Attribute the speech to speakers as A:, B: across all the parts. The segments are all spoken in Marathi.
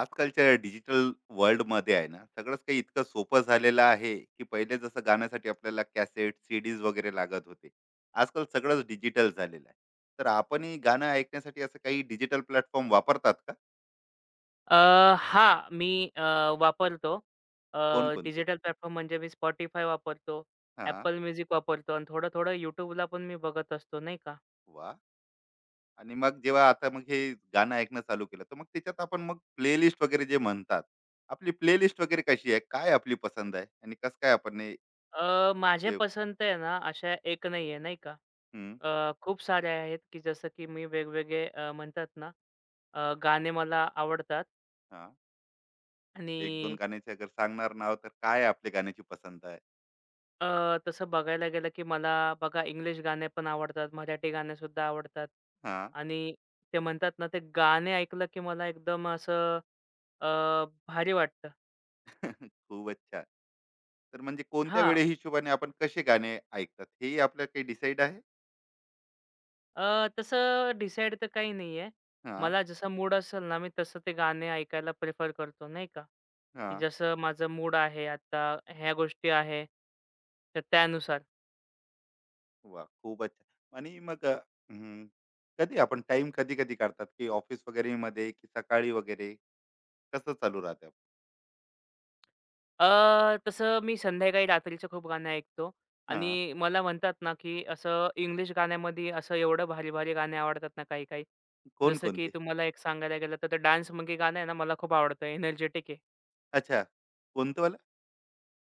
A: आजकालच्या डिजिटल वर्ल्डमध्ये आहे ना, सगळंच काही इतकं सोपं झालेलं आहे की पहिले जसं गाण्यासाठी आपल्याला कॅसेट, सीडीज वगैरे लागत होते, आजकाल सगळंच डिजिटल झालेलं आहे. तर आपणही गाणं ऐकण्यासाठी असं काही डिजिटल प्लॅटफॉर्म वापरतात का?
B: अ, हां, मी अ, वापरतो.
A: कोणकोणते?
B: डिजिटल प्लॅटफॉर्म म्हणजे मी Spotify वापरतो,
A: हा.
B: Apple Music वापरतो आणि थोडं-थोडं YouTubeला पण मी बघत असतो, नाही का.
A: वा. आणि मग जेव्हा आता मग हे गाणं ऐकणं चालू केलं, तर मग त्याच्यात आपण मग प्लेलिस्ट वगैरे जे म्हणतात, आपली प्लेलिस्ट वगैरे कशी आहे, काय आपली पसंद आहे आणि कसं काय आपण
B: माझ्या
A: ते.
B: पसंत आहे ना, अशा एक नाही आहे, नाही का.
A: हम्म.
B: खूप साऱ्या आहेत, की जसं की मी वेगवेगळे म्हणतात ना, गाणे मला आवडतात
A: हा.
B: आणि
A: एक दोन गाण्याचे अगर सांगणार नाव, तर काय आपल्या गाण्याची पसंत आहे?
B: तसं बघायला गेलं, की मला बघा इंग्लिश गाणे पण आवडतात, मराठी गाणेसुद्धा आवडतात
A: हां.
B: आणि ते म्हणतात ना, ते गाणे ऐकलं, की मला एकदम असं अ, भारी वाटतं.
A: खूपच छान. तर म्हणजे कोणत्या
B: हां,
A: वेळे हिशोबाने आपण कसे गाणे ऐकतात, हेही आपलं काही डिसाईड आहे?
B: तसं डिसाईड तर काही नाहीये.
A: हां,
B: मला जसा मूड असेल ना, मी तसं ते गाणे ऐकायला प्रिफर करतो, नाही का, की
A: हां.
B: जसं माझं मूड आहे आता, ह्या गोष्टी आहे, तर त्यानुसार.
A: वाह! खूपच छान. आणि मग हं, कधी आपण टाइम कधी-कधी काढतात की ऑफिस वगैरेमध्ये की सकाळी वगैरे कसं चालू राहतं?
B: तसं मी संध्याकाळी रात्रीचं खूप गाणं ऐकतो
A: हां.
B: आणि मला म्हणतात ना, की असं इंग्लिश गाण्यामध्ये असं एवढं भारी-भारी गाणे आवडतात ना काही-काही. जसं की
A: कोणकोणते?
B: तुम्हाला एक सांगायला गेलं तर ते डान्स मंकी गाणं आहे ना, मला खूप आवडतं. एनर्जेटिक आहे.
A: अच्छा. कोणतं वालं?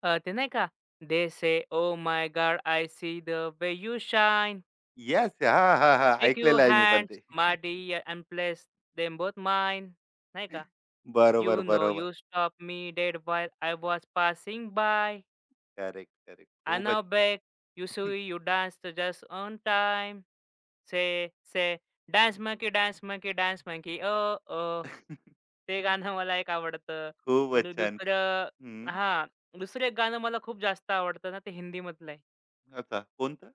B: ते नाही का? दे से oh my God I see the way you shine.
A: Yes. हां, हां, हां.
B: टेक
A: ऐकलेलं
B: युअर
A: आहे मी पण ते.
B: Hands my dear and place them both mine. नाही का?
A: बरोबर,
B: यू नो
A: बरोबर.
B: You stop me dead while I was passing by.
A: Correct, correct.
B: आना
A: खूपच.
B: बैक, यूशुवी, यूदांस तो जस अन टाइम, से, से, dance monkey, dance monkey, dance monkey, ओ, ओ, ओ, ते गानन मला है कावड़ता,
A: खूपच
B: ते
A: छान.
B: दूसरे,
A: हं.
B: अहा, दूसरे गानन मला खुब जासतावड़ता ना, ते हिंदी मतले,
A: अच्छा. कोणतं?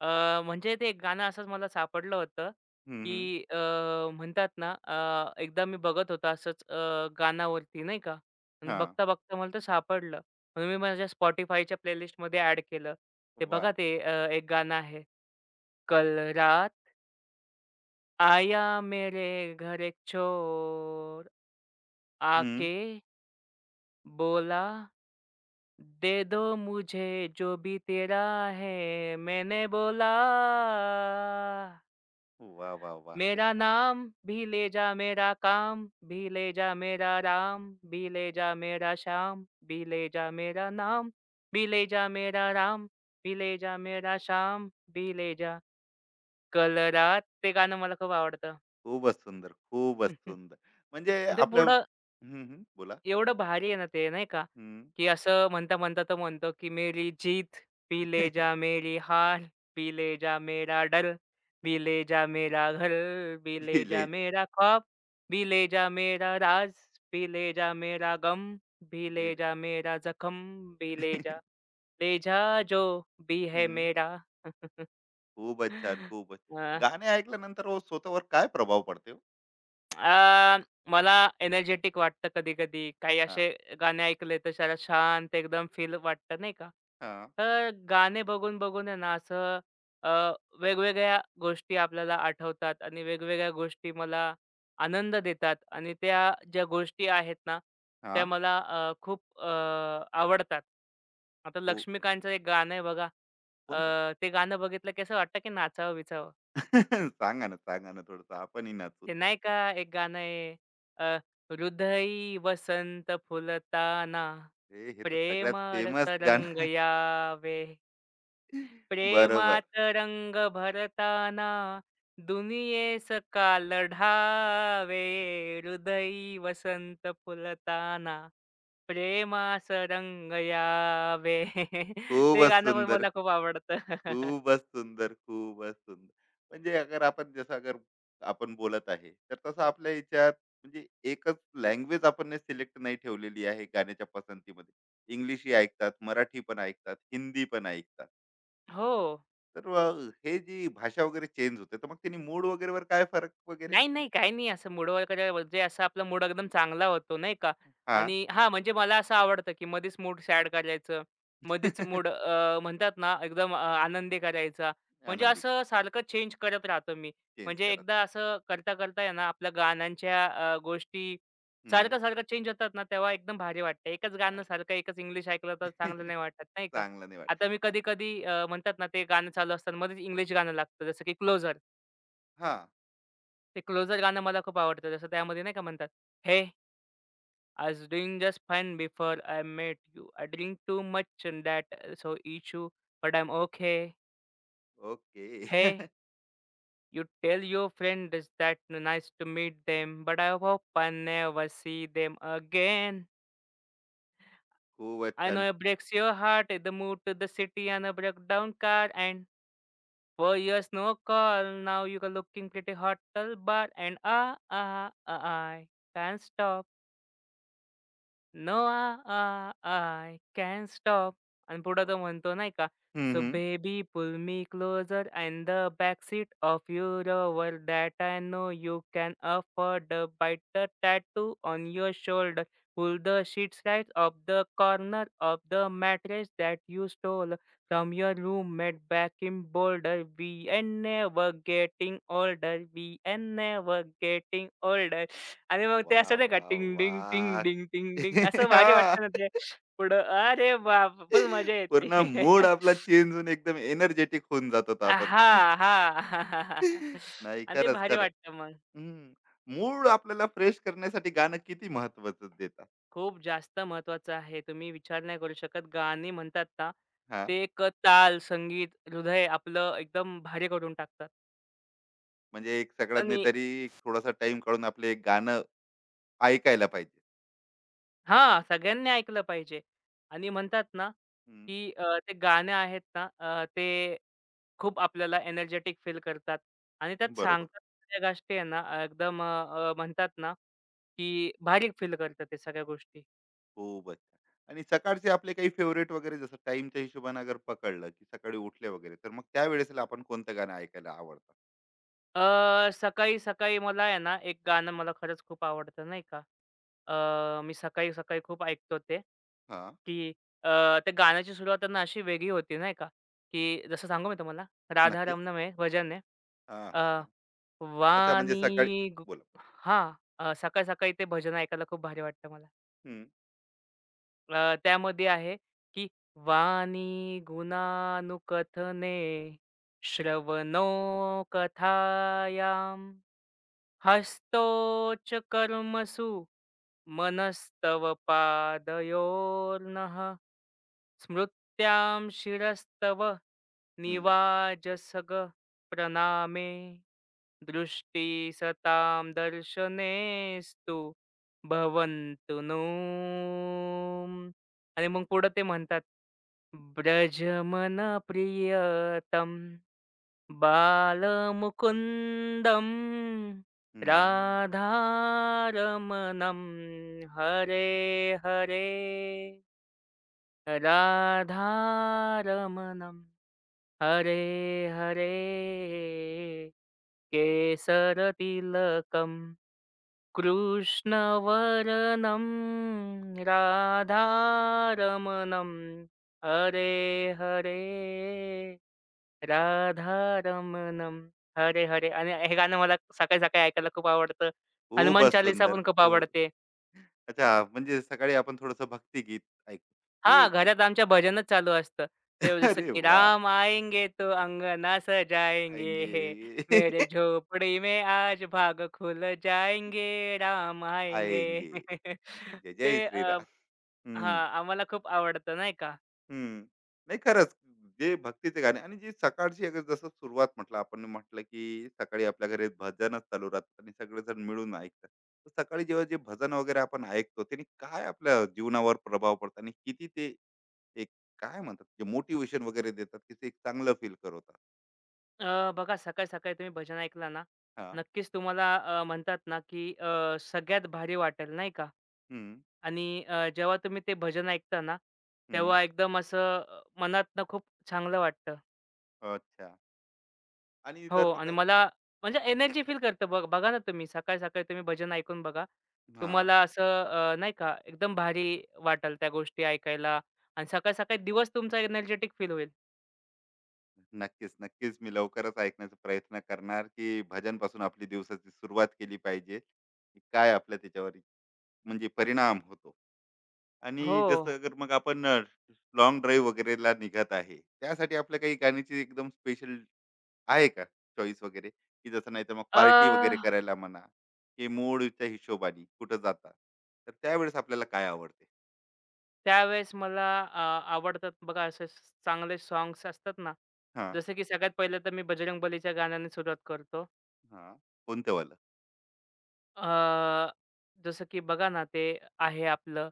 B: म्हणजे ते एक गाणं असंच मला सापडलं होतं,
A: हं, हं.
B: की म्हणतात ना एकदा मी बघत होतो असंच गाण्यावरती नाही का आणि
A: हा,
B: बघता-बघता मला ते सापडलं. म्हणून मी माझ्या Spotifyच्या प्लेलिस्टमध्ये ॲड केलं. ते
A: वा,
B: बघा ते एक गाणं आहे. कल रात आया मेरे घर एक चोर,
A: हं.
B: आके बोला दे दो मुझे जो भी तेरा है, मैंने बोला
A: वा, वाह, वाह!
B: मेरा नाम भी ले जा मेरा काम भी ले जा मेरा राम भी ले जा मेरा श्याम भी ले जा मेरा नाम भी ले जा मेरा राम भी ले जा मेरा श्याम भी ले जा कल रात ते गाणं मला खूप आवडतं
A: खूपच सुंदर, खूपच सुंदर. म्हणजे
B: आणि ते
A: आपल्या हं,
B: पुढं
A: हं. बोला.
B: एवढं भारी आहे ना ते नाही का,
A: हं.
B: की असं म्हणता-म्हणता तो म्हणतो, की "मेरी जीत पी ले जा, मेरी हार पी ले जा, मेरा डर पी ले जा, मेरा घर पी ले जा,
A: भिलेजा,
B: मेरा ख्वाब पी ले जा, मेरा राज पी ले जा, मेरा गम पी ले
A: भिले.
B: जा, मेरा जखम पी ले जा, ले जा जो भी है
A: हं.
B: मेरा."
A: खूपच छान, खूपच.
B: अ.
A: गाणे ऐकल्यानंतर हो स्वतःवर काय प्रभाव पडते हो?
B: अ, मला एनर्जेटिक वाटतं कधी-कधी. काही
A: हा,
B: असे गाणे ऐकले तर जरा शांत एकदम फील वाटतं नाही का?
A: हां,
B: तर गाणे बघून-बघून आहे ना असं अ, वेगवेगळ्या गोष्टी आपल्याला आठवतात आणि वेगवेगळ्या गोष्टी मला आनंद देतात आणि त्या ज्या गोष्टी आहेत ना,
A: हा,
B: त्या मला खूप आवडतात. आता
A: हो.
B: लक्ष्मीकांतचं एक गाणं आहे बघा.
A: कोणतं?
B: ते गाणं बघितलं की असं वाटतं की नाचावं-बिचावं.
A: सांगा ना, सांगा ना, थोडंसं आपणही नाचू.
B: ते नाही का एक गाणं आहे अ, हृदय वसंत फुलताना
A: हे, हे तर सगळ्यात
B: प्रेम रस
A: फेमस गाणं
B: रंग
A: आहे.
B: यावे
A: बरोबर.
B: प्रेमात रंग भरताना दुनियेस काल ढावे हृदय वसंत फुलताना प्रेमास रंग यावे ते
A: खूपच
B: गाणं पण
A: सुंदर.
B: मला खूप आवडतं
A: खूपच सुंदर, खूपच सुंदर. म्हणजे अगर आपण जसं अगर आपण बोलत आहे, तर तसं आपल्या ह्याच्यात म्हणजे एकच लँग्वेज आपण सिलेक्ट नाही ठेवलेली आहे गाण्याच्या पसंतीमध्ये. इंग्लिशही ऐकतात, मराठी पण ऐकतात, हिंदी पण ऐकतात.
B: हो
A: तर मग हे जी भाषा वगैरे चेंज होते, तर मग त्यांनी मूड वगैरेवर काय फरक वगैरे?
B: नाही, नाही. काही नाही असं मूड वगैरे म्हणजे असा आपला मूड एकदम चांगला होतो नाही का
A: हां.
B: आणि हां, म्हणजे मला असं आवडतं, की मध्येच मूड सॅड करायचं. मध्येच मूड म्हणतात ना एकदम आनंदी करायचा. म्हणजे
A: आनंदी
B: असं सारखं चेंज करत राहतो मी.
A: चेंज
B: म्हणजे
A: करत.
B: एकदा असं करता-करता आहे ना आपल्या गाण्यांच्या गोष्टी
A: हं.
B: सारखं-सारखं चेंज होतात ना, तेव्हा एकदम भारी वाटतं. एकच गाणं
A: भारी.
B: सारखं एकच इंग्लिश ऐकलं तर चांगलं नाही वाटत नाही का?
A: चांगलं नाही वाटत.
B: आता मी
A: अ,
B: कधी-कधी म्हणतात ना ते गाणं चालू असताना मध्येच इंग्लिश गाणं लागतं जसं की क्लोजर.
A: हां.
B: ते क्लोजर गाणं मला खूप आवडतं. जसं त्यामध्ये नाही का म्हणतात, "हे I was doing just fine before I met you. I drink too much and that so issue but I am okay.
A: Okay.
B: हे you tail your friend is that nice to meet them but I hope I never see them again.
A: खूपच
B: आय नो
A: छान.
B: It breaks your heart the move to the city on a breakdown car and 4 years no call. Now you R looking pretty hot, टल, बार अँड आह, आह, I can't stop." No a, I can stop आणि पुढं तो
A: वाह!
B: म्हणतो नाही का
A: हं,
B: सो
A: हं.
B: Baby pull me closer and the back seat of your वर that I know you can afford bite the tattoo on your shoulder pull the sheets right of the corner of the mattress that you stole from your room mate back in boulder V N never getting older V N never getting आणि मग ते
A: वा,
B: असं नाही का
A: वा,
B: टिंग डिंग, टिंग
A: वा,
B: डिंग, टिंग डिंग असं भारी
A: हां.
B: वाटतं ना ते पुढं. अरे बाप! फुल मजा
A: पूर्ण
B: येते.
A: मूड आपला चेंज होऊन एकदम एनर्जेटिक होऊन जात होता आपण.
B: हां, हां.
A: नाही
B: आणि ते
A: खरंच,
B: भारी
A: खरंच.
B: वाटतं मग.
A: हं. मूड आपल्याला फ्रेश करण्यासाठी गाणं किती महत्त्वाचं देतात.
B: खूप जास्त महत्त्वाचं आहे. तुम्ही विचार नाही करू शकत. गाणी म्हणतात ना,
A: हां,
B: ते एक ताल, संगीत, हृदय आपलं एकदम भारी करून टाकतात.
A: म्हणजे एक सगळ्यांनी
B: आणि
A: तरी एक थोडासा टाइम काढून आपले एक गाणं ऐकायला पाहिजे.
B: हां, सगळ्यांनी ऐकलं पाहिजे. आणि म्हणतात ना,
A: हं,
B: की ते गाणं आहेत ना, ते खूप आपल्याला एनर्जेटिक फील करतात आणि त्यात
A: बरोबर.
B: सांगतात त्या गोष्टी आहे ना एकदम अ, अ, म्हणतात ना, की भारी फील करतात ते सगळ्या गोष्टी.
A: खूपच छान. आणि सकाळचे आपले काही फेव्हरेट वगैरे जसं टाईमच्या हिशोबाने अगर पकडलं, की सकाळी उठले वगैरे, तर मग त्यावेळेसला आपण कोणतं गाणं ऐकायला आवडतं?
B: सकाळी, सकाळी मला आहे ना, एक गाणं मला खरंच खूप आवडतं नाही का. मी सकाळी, सकाळी खूप ऐकतो ते,
A: हां,
B: की अ, त्या गाण्याची सुरुवात त्यांना अशी वेगळी होती नाही का, की जसं सांगू मी तुम्हाला राधा
A: नक्कीच.
B: रमणं आहे भजन आहे.
A: हां, हां,
B: अ,
A: अच्छा म्हणजे सकाळी
B: वाणी गु
A: बोला.
B: हां, सकाळी, सकाळी ते भजन ऐकायला खूप भारी वाटतं मला.
A: हं,
B: त्यामध्ये आहे, की वाणी गुणानुकथने श्रवणोकथायां कथायाम हस्तोच कर्मसु मनस्तव पादयोर्नः स्मृत्यां शिरस्तव
A: हं,
B: निवाजसग प्रणामे दृष्टि सतां दर्शनेस्तु भवन्तु नो आणि मग पुढं ते म्हणतात ब्रजमन प्रियतम बालमुकुंदम
A: हं.
B: राधारमणम हरे हरे राधारमणम हरे हरे केसरतिलकम कृष्णवरणं राधारमणं हरे हरे राधारमणं हरे हरे आणि हे गाणं मला सकाळी सकाळी ऐकायला खूप आवडतं. हनुमान
A: खूपच
B: चालीसा
A: सुंदर.
B: पण खूप
A: खूप
B: आवडते.
A: अच्छा, म्हणजे सकाळी आपण थोडंसं भक्तिगीत ऐकतो. हे.
B: हां, घरात आमच्या भजनच चालू असतं. ते जसं
A: अरे
B: की
A: वाह!
B: राम आएंगे तो अंगना सजाएंगे, हे
A: आएंगे.
B: मेरे झोपडी में आज भाग खुल जाएंगे, राम आएंगे.
A: आएंगे. जय
B: ते
A: जय श्रीराम. हं,
B: हां, आम्हाला खूप आवडतं नाही का.
A: हं. नाही खरंच जे भक्तीचे गाणे आणि जी सकाळची अगर जसं सुरुवात म्हटलं, आपण म्हटलं की सकाळी आपल्या घरी भजनच चालू राहतं आणि सगळेजण मिळून ऐकतात. तर सकाळी जेव्हा जे भजन वगैरे आपण ऐकतो, त्याने काय आपल्या जीवनावर प्रभाव पडतो आणि किती ते एक काय म्हणतात जे मोटिवेशन वगैरे देतात, की ते एक चांगलं फील करवतात.
B: बघा सकाळी-सकाळी तुम्ही भजन ऐकला ना,
A: हां.
B: नक्कीच तुम्हाला म्हणतात ना, की सगळ्यात भारी वाटेल नाही का.
A: हं,
B: आणि जेव्हा तुम्ही ते भजन ऐकता ना,
A: हं.
B: तेव्हा एकदम असं मनातनं खूप चांगलं वाटतं.
A: अच्छा. आणि जर
B: हो
A: मग
B: आणि मला म्हणजे
A: हं,
B: एनर्जी फील करतं. बघ बघा ना तुम्ही सकाळी-सकाळी तुम्ही भजन ऐकून बघा.
A: हां.
B: तुम्हाला असं नाही का एकदम भारी वाटेल त्या गोष्टी ऐकायला आणि सकाळी-सकाळी दिवस तुमचा एनर्जेटिक फील होईल.
A: नक्कीच, नक्कीच. मी लवकरच ऐकण्याचा प्रयत्न करणार, की भजनपासून आपली दिवसाची सुरुवात केली पाहिजे. की काय आपल्या त्याच्यावर म्हणजे परिणाम होतो.
B: हो.
A: आणि जसं जर मग आपण ड्राईव्ह वगैरेला निघत आहे. त्यासाठी आपल्या काही गाण्याची एकदम स्पेशल आहे का चॉईस वगैरे? की जसं नाही तर मग
B: अ
A: पार्टी वगैरे करायला म्हणा, की मूडच्या हिशोबाने कुठं जाता. तर त्यावेळेस आपल्याला काय आवडते?
B: त्यावेळेस मला आवडतात बघा असे चांगले सॉन्ग्स असतात ना,
A: हां,
B: जसं की सगळ्यात पहिलं तर मी बजरंग बलीच्या गाण्याने सुरुवात करतो.
A: हां. कोणतं वालं?
B: अ, जसं की बघा ना, ते आहे आपलं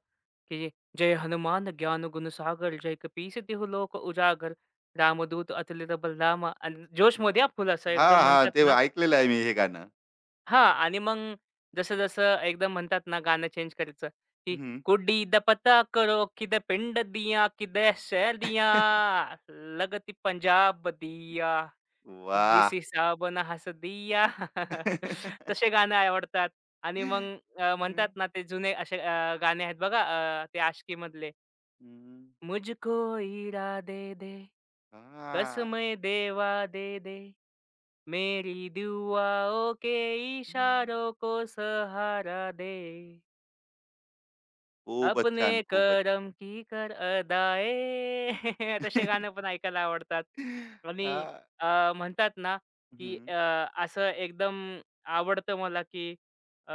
B: की जय हनुमान ज्ञान गुण सागर, जय कपीस तिहू लोक उजागर, रामदूत अतुलित बलरामा आणि जोशमध्ये हा फुल असं
A: हां,
B: एकदम
A: हां. ते
B: म्हणतात
A: ऐकलेलं आहे मी हे गाणं.
B: हां. आणि मग जसं-जसं एकदम म्हणतात ना गाणं चेंज करायचं, की
A: हं.
B: कुडी दा पता करो किधर पिंड दियाँ, किधर शहर दिया, लगती पंजाब दियाँ,
A: वाह!
B: जिस हिसाब ना हस दियाँ. तसे गाणं आवडतात. आणि मग म्हणतात
A: हं,
B: ना ते जुने असे गाणे आहेत बघा ते आशिकीमधले.
A: हं.
B: मुझको इरा दे दे,
A: हां.
B: कसमें देवा दे दे. मेरी दुआओं के
A: हं.
B: इशारों को सहारा दे
A: खूपच
B: अपने
A: छान, खूपच.
B: करम की कर अदाए तसे गाणं पण ऐकायला आवडतात आणि
A: हां.
B: म्हणतात ना की
A: हं.
B: असं एकदम आवडतं मला की अ,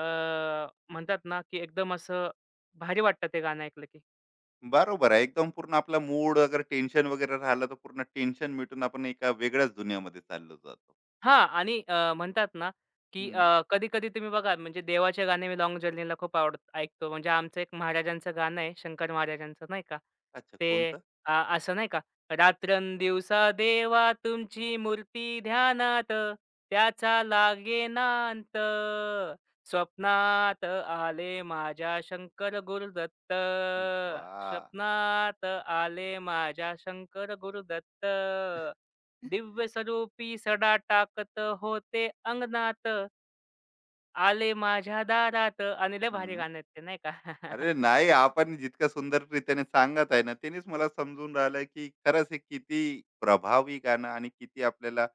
B: म्हणतात ना की एकदम असं भारी वाटतं ते गाणं ऐकलं की
A: बरोबर आहे. एकदम पूर्ण आपला मूड अगर टेन्शन वगैरे राहिलं, तर पूर्ण टेन्शन मिटून आपण एका वेगळ्याच दुनियामध्ये चाललो जातो.
B: हां आणि म्हणतात ना, की कधी-कधी तुम्ही बघा म्हणजे देवाचे गाणे मी लाँग जर्नीला खूप आवड ऐकतो. म्हणजे आमचं एक महाराजांचं गाणं आहे, शंकर महाराजांचं नाही का.
A: अच्छा,
B: ते
A: कोणतं?
B: असं नाही का, "रात्रंदिवसा देवा तुमची मूर्ती ध्यानात, त्याचा लागेना अंत. स्वप्नात आले माझ्या शंकर गुरुदत्त,
A: वाह!
B: स्वप्नात आले माझ्या शंकर गुरुदत्त." दिव्य स्वरूपी सडा टाकत होते अंगणात, आले माझ्या दारात आणि लय भारी
A: हं.
B: गाणं आहे ते नाही का?
A: अरे नाही, आपण जितक्या सुंदररीत्याने सांगत आहे ना, त्यानेच मला समजून राहिलं की खरंच हे किती प्रभावी गाणं आणि किती आपल्याला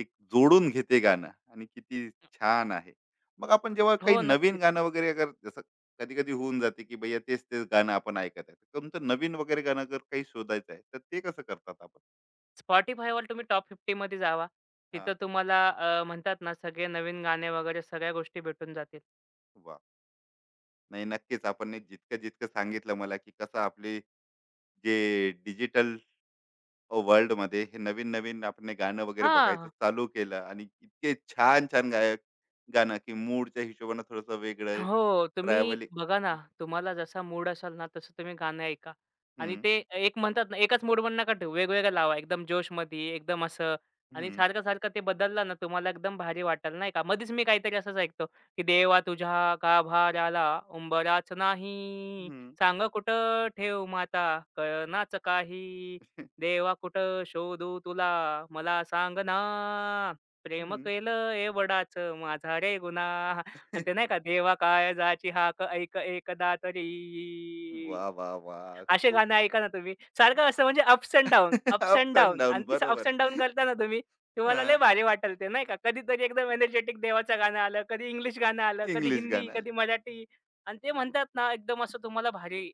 A: एक जोडून घेते गाणं आणि किती छान आहे. मग आपण जेव्हा काही
B: हो,
A: नवीन
B: नक्कीच.
A: गाणं वगैरे अगर जसं कधी-कधी होऊन जाते की भैया तेच-तेच गाणं आपण ऐकत आहे. तर तुमचं नवीन वगैरे गाणं जर काही शोधायचं आहे, तर ते कसं करतात आपण?
B: Spotifyवर तुम्ही टॉप 50 मध्ये जावा.
A: हां,
B: तिथं तुम्हाला म्हणतात ना, सगळे नवीन गाणे वगैरे सगळ्या गोष्टी भेटून जातील.
A: वाह! नाही, नक्कीच आपण हे जितकं-जितकं सांगितलं मला की कसं आपले जे डिजिटल वर्ल्डमध्ये हे नवीन-नवीन आपण हे गाणं वगैरे बघायचं
B: हां.
A: चालू केलं आणि इतके छान-छान गायक गाणं, की मूडच्या हिशोबानं थोडंसं वेगळं
B: हो, तुम्ही
A: ट्रॅव्हलिंग
B: बघा ना, तुम्हाला जसा मूड असेल ना, तसं तुम्ही गाणं ऐका
A: हं,
B: आणि ते एक म्हणतात ना, एकाच मूडवर नका ठेवू, वेगवेगळं लावा. एकदम जोशमध्ये, एकदम असं आणि
A: हं,
B: सारखं-सारखं ते बदललं ना, तुम्हाला एकदम भारी वाटेल, नाही का? मध्येच मी काहीतरी असंच ऐकतो, की "देवा तुझ्या गाभाराला उंबराच नाही,
A: हं,
B: सांग कुठं ठेवू माता कळेनाच काही, देवा कुठं शोधू तुला मला सांग ना, प्रेम
A: हं.
B: केलं एवढाच माझा रे गुन्हा." आणि ते नाही का देवा काळजाची हाक ऐक एकदा तरी.
A: वा वा वाह!
B: असे
A: खूप
B: गाणं ऐका ना तुम्ही. सारखं असं म्हणजे ups and down, ups and
A: ups end
B: down
A: down
B: आणि ते अप्स
A: बरोबर.
B: अँड डाउन करता ना तुम्ही, तुम्हाला लय
A: हां,
B: भारी वाटेल ते नाही का. कधीतरी एकदम एनर्जेटिक देवाचं गाणं आलं, कधी इंग्लिश गाणं आलं, कधी
A: इंग्लिश
B: हिंदी,
A: गाणं.
B: कधी मराठी आणि ते म्हणतात ना एकदम असं तुम्हाला भारी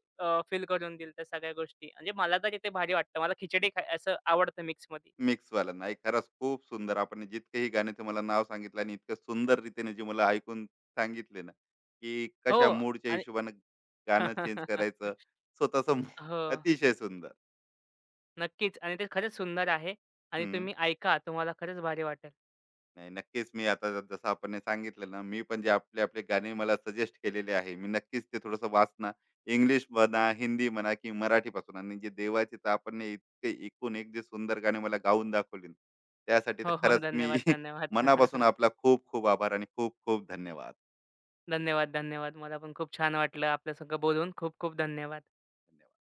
B: फील करून देईल त्या सगळ्या गोष्टी. म्हणजे मला तरी ते भारी वाटतं. मला खिचडी खाय असं आवडतं मिक्समध्ये.
A: मिक्स मिक्सवाला नाही, खरंच खूप सुंदर आपण जितके ही गाण्याचं मला नाव सांगितलं आणि इतकं सुंदर रीतीने जे मला ऐकून सांगितले ना, की
B: हो
A: कशा मूडच्या
B: आणि
A: हिशोबाने गाणं चेंज करायचं स्वतःच.
B: हो.
A: अतिशय सुंदर.
B: नक्कीच आणि ते खरंच सुंदर आहे आणि
A: हम्म.
B: तुम्ही ऐका. तुम्हाला खरंच भारी वाटेल.
A: नाही, नक्कीच मी आता जसं आपण हे सांगितलं ना, मी पण जे आपले आपले गाणे मला सजेस्ट केलेले आहे, मी नक्कीच ते थोडंसं वाचणार, इंग्लिश म्हणा, हिंदी म्हणा की मराठीपासून, आणि जे देवाचे तर आपण हे इतके एकूण एक जे सुंदर गाणे मला गाऊन दाखवले ना, त्यासाठी तर
B: हो, हो.
A: खरंच मी.
B: धन्यवाद, धन्यवाद.
A: मनापासून आपला खूप खूप आभार आणि खूप खूप धन्यवाद.
B: धन्यवाद, धन्यवाद. मला पण खूप छान वाटलं आपल्या संग बोलून. खूप खूप धन्यवाद.
A: धन्यवाद.